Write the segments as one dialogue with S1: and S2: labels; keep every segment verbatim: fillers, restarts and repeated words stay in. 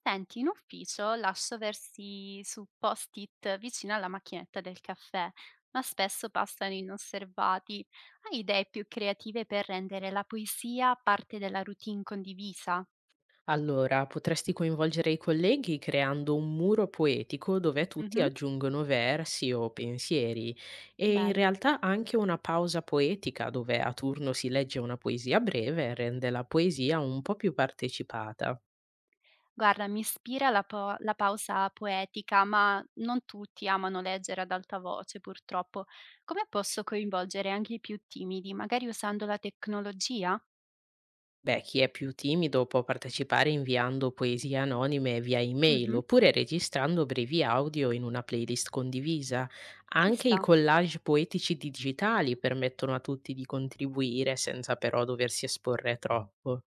S1: Senti, in ufficio lascio versi su post-it vicino alla macchinetta del caffè, ma spesso passano inosservati. Hai idee più creative per rendere la poesia parte della routine condivisa?
S2: Allora, potresti coinvolgere i colleghi creando un muro poetico dove tutti
S1: Mhm.
S2: aggiungono versi o pensieri e in
S1: Bello.
S2: realtà anche una pausa poetica dove a turno si legge una poesia breve rende la poesia un po' più partecipata.
S1: Guarda, mi ispira la, po- la pausa poetica, ma non tutti amano leggere ad alta voce, purtroppo. Come posso coinvolgere anche i più timidi, magari usando la tecnologia?
S2: Beh, chi è più timido può partecipare inviando poesie anonime via email
S1: Mhm.
S2: oppure registrando brevi audio in una playlist condivisa.
S1: Ci
S2: Anche i
S1: sta.
S2: collage poetici digitali permettono a tutti di contribuire senza però doversi esporre troppo.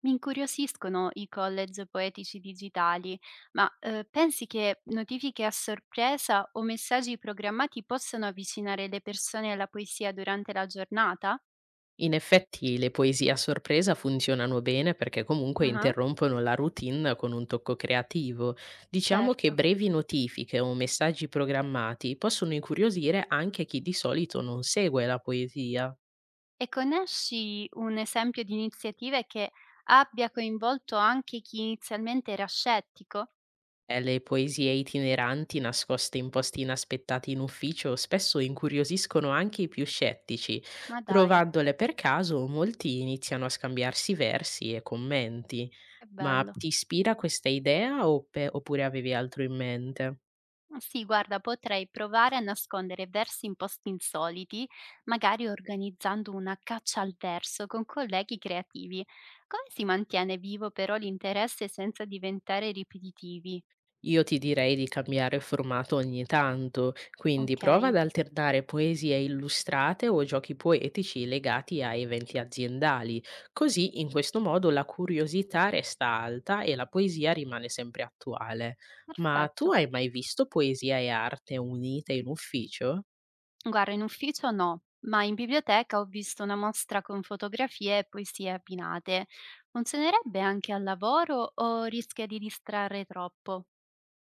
S1: Mi incuriosiscono i college poetici digitali, ma eh, pensi che notifiche a sorpresa o messaggi programmati possano avvicinare le persone alla poesia durante la giornata?
S2: In effetti, le poesie a sorpresa funzionano bene perché comunque
S1: Ah,
S2: interrompono la routine con un tocco creativo. Diciamo che
S1: certo.
S2: brevi notifiche o messaggi programmati possono incuriosire anche chi di solito non segue la poesia.
S1: E conosci un esempio di iniziative che abbia coinvolto anche chi inizialmente era scettico?
S2: Eh, le poesie itineranti nascoste in posti inaspettati in ufficio spesso incuriosiscono anche i più scettici.
S1: Ma dai,
S2: Trovandole per caso, molti iniziano a scambiarsi versi e commenti.
S1: che
S2: Ma
S1: bello.
S2: ti ispira questa idea oppe- oppure avevi altro in mente?
S1: Ma sì, guarda, potrei provare a nascondere versi in posti insoliti, magari organizzando una caccia al verso con colleghi creativi. Come si mantiene vivo però l'interesse senza diventare ripetitivi?
S2: Io ti direi di cambiare formato ogni tanto, quindi
S1: Ok,
S2: prova ad alternare poesie illustrate o giochi poetici legati a eventi aziendali, così in questo modo la curiosità resta alta e la poesia rimane sempre attuale. Ma tu
S1: perfetto.
S2: hai mai visto poesia e arte unite in ufficio?
S1: Guarda, in ufficio no, ma in biblioteca ho visto una mostra con fotografie e poesie abbinate. Funzionerebbe anche al lavoro o rischia di distrarre troppo?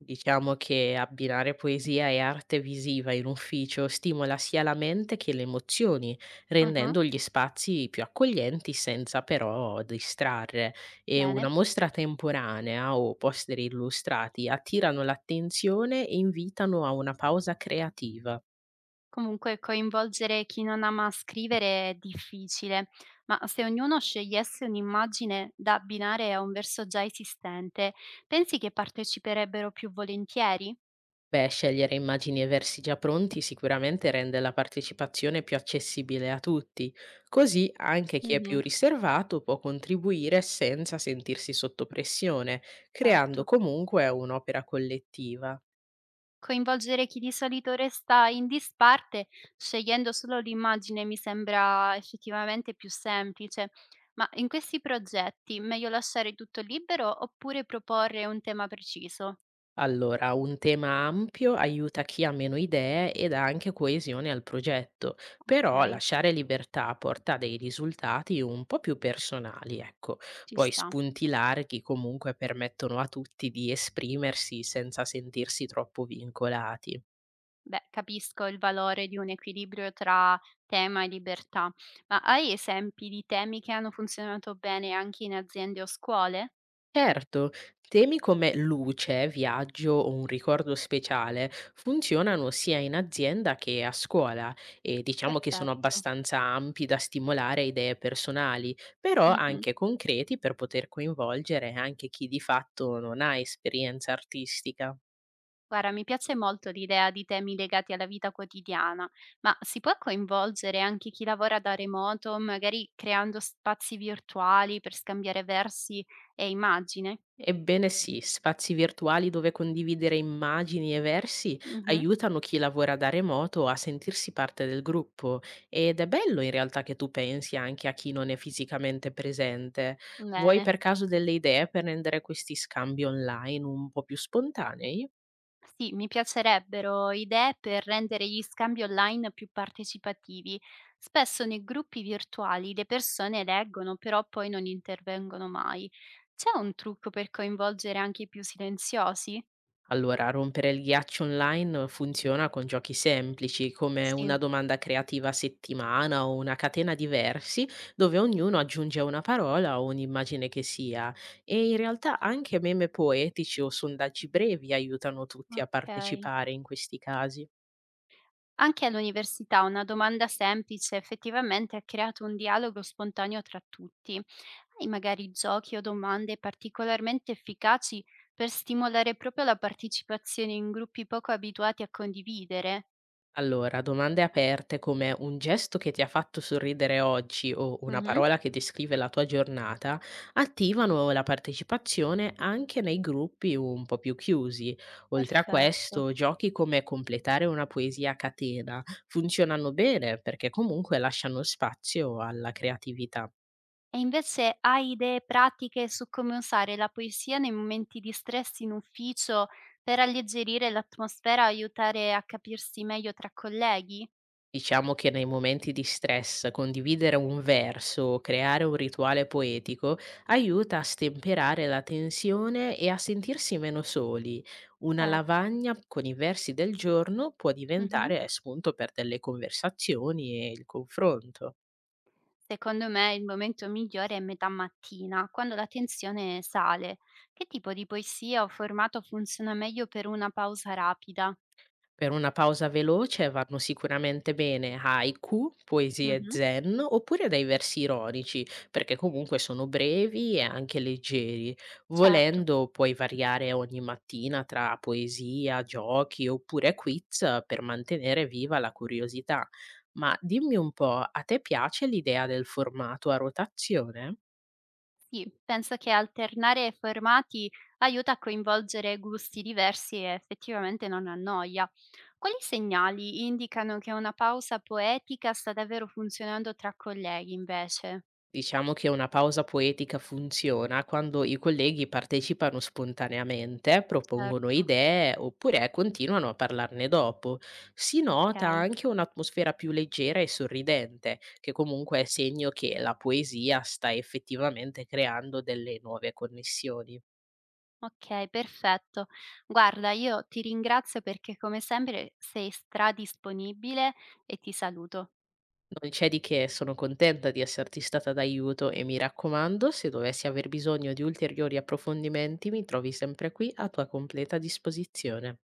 S2: Diciamo che abbinare poesia e arte visiva in ufficio stimola sia la mente che le emozioni,
S1: Mhm.
S2: rendendo gli spazi più accoglienti senza però distrarre. E una
S1: Bene.
S2: mostra temporanea o poster illustrati attirano l'attenzione e invitano a una pausa creativa.
S1: Comunque coinvolgere chi non ama scrivere è difficile, ma se ognuno scegliesse un'immagine da abbinare a un verso già esistente, pensi che parteciperebbero più volentieri?
S2: Beh, scegliere immagini e versi già pronti sicuramente rende la partecipazione più accessibile a tutti, così anche chi è più
S1: Mhm,
S2: riservato può contribuire senza sentirsi sotto pressione, creando
S1: certo.
S2: comunque un'opera collettiva.
S1: Coinvolgere chi di solito resta in disparte scegliendo solo l'immagine mi sembra effettivamente più semplice. Ma in questi progetti meglio lasciare tutto libero oppure proporre un tema preciso?
S2: Allora, un tema ampio aiuta chi ha meno idee e dà anche coesione al progetto, però
S1: Ok,
S2: lasciare libertà porta a dei risultati un po' più personali, ecco.
S1: ci
S2: Poi
S1: sta.
S2: spunti larghi comunque permettono a tutti di esprimersi senza sentirsi troppo vincolati.
S1: Beh, capisco il valore di un equilibrio tra tema e libertà, ma hai esempi di temi che hanno funzionato bene anche in aziende o scuole?
S2: Certo, temi come luce, viaggio o un ricordo speciale funzionano sia in azienda che a scuola e diciamo che sono
S1: Perfetto.
S2: abbastanza ampi da stimolare idee personali, però
S1: Mhm.
S2: anche concreti per poter coinvolgere anche chi di fatto non ha esperienza artistica.
S1: Guarda, mi piace molto l'idea di temi legati alla vita quotidiana, ma si può coinvolgere anche chi lavora da remoto, magari creando spazi virtuali per scambiare versi e immagini?
S2: Ebbene sì, spazi virtuali dove condividere immagini e versi
S1: Mhm.
S2: aiutano chi lavora da remoto a sentirsi parte del gruppo ed è bello in realtà che tu pensi anche a chi non è fisicamente presente. Vuoi
S1: Bene.
S2: per caso delle idee per rendere questi scambi online un po' più spontanei?
S1: Sì, mi piacerebbero idee per rendere gli scambi online più partecipativi. Spesso nei gruppi virtuali le persone leggono, però poi non intervengono mai. C'è un trucco per coinvolgere anche i più silenziosi?
S2: Allora, rompere il ghiaccio online funziona con giochi semplici, come una
S1: Sì,
S2: domanda creativa a settimana o una catena di versi, dove ognuno aggiunge una parola o un'immagine che sia. E in realtà anche meme poetici o sondaggi brevi aiutano tutti a
S1: ok.
S2: partecipare in questi casi.
S1: Anche all'università una domanda semplice effettivamente ha creato un dialogo spontaneo tra tutti. Hai magari giochi o domande particolarmente efficaci per stimolare proprio la partecipazione in gruppi poco abituati a condividere?
S2: Allora, domande aperte come un gesto che ti ha fatto sorridere oggi o una
S1: Mhm.
S2: parola che descrive la tua giornata attivano la partecipazione anche nei gruppi un po' più chiusi. Oltre a
S1: Perfetto.
S2: questo, giochi come completare una poesia a catena funzionano bene perché comunque lasciano spazio alla creatività.
S1: E invece hai idee pratiche su come usare la poesia nei momenti di stress in ufficio per alleggerire l'atmosfera e aiutare a capirsi meglio tra colleghi?
S2: Diciamo che nei momenti di stress condividere un verso o creare un rituale poetico aiuta a stemperare la tensione e a sentirsi meno soli. Una
S1: Certo.
S2: lavagna con i versi del giorno può
S1: Mhm.
S2: diventare spunto per delle conversazioni e il confronto.
S1: Secondo me il momento migliore è metà mattina, quando la tensione sale. Che tipo di poesia o formato funziona meglio per una pausa rapida?
S2: Per una pausa veloce vanno sicuramente bene haiku, poesie
S1: Mhm,
S2: zen oppure dai versi ironici, perché comunque sono brevi e anche leggeri.
S1: certo,
S2: Volendo puoi variare ogni mattina tra poesia, giochi oppure quiz eh, per mantenere viva la curiosità. Ma dimmi un po', a te piace l'idea del formato a rotazione?
S1: sì, penso che alternare formati aiuta a coinvolgere gusti diversi e effettivamente non annoia. Quali segnali indicano che una pausa poetica sta davvero funzionando tra colleghi invece?
S2: Diciamo che una pausa poetica funziona quando i colleghi partecipano spontaneamente, propongono
S1: Certo,
S2: idee oppure continuano a parlarne dopo. Si
S1: ok.
S2: nota anche un'atmosfera più leggera e sorridente, che comunque è segno che la poesia sta effettivamente creando delle nuove connessioni.
S1: Okay, perfetto. Guarda, io ti ringrazio perché come sempre sei stradisponibile e ti saluto.
S2: Non c'è di che, sono contenta di esserti stata d'aiuto e mi raccomando, se dovessi aver bisogno di ulteriori approfondimenti, mi trovi sempre qui a tua completa disposizione.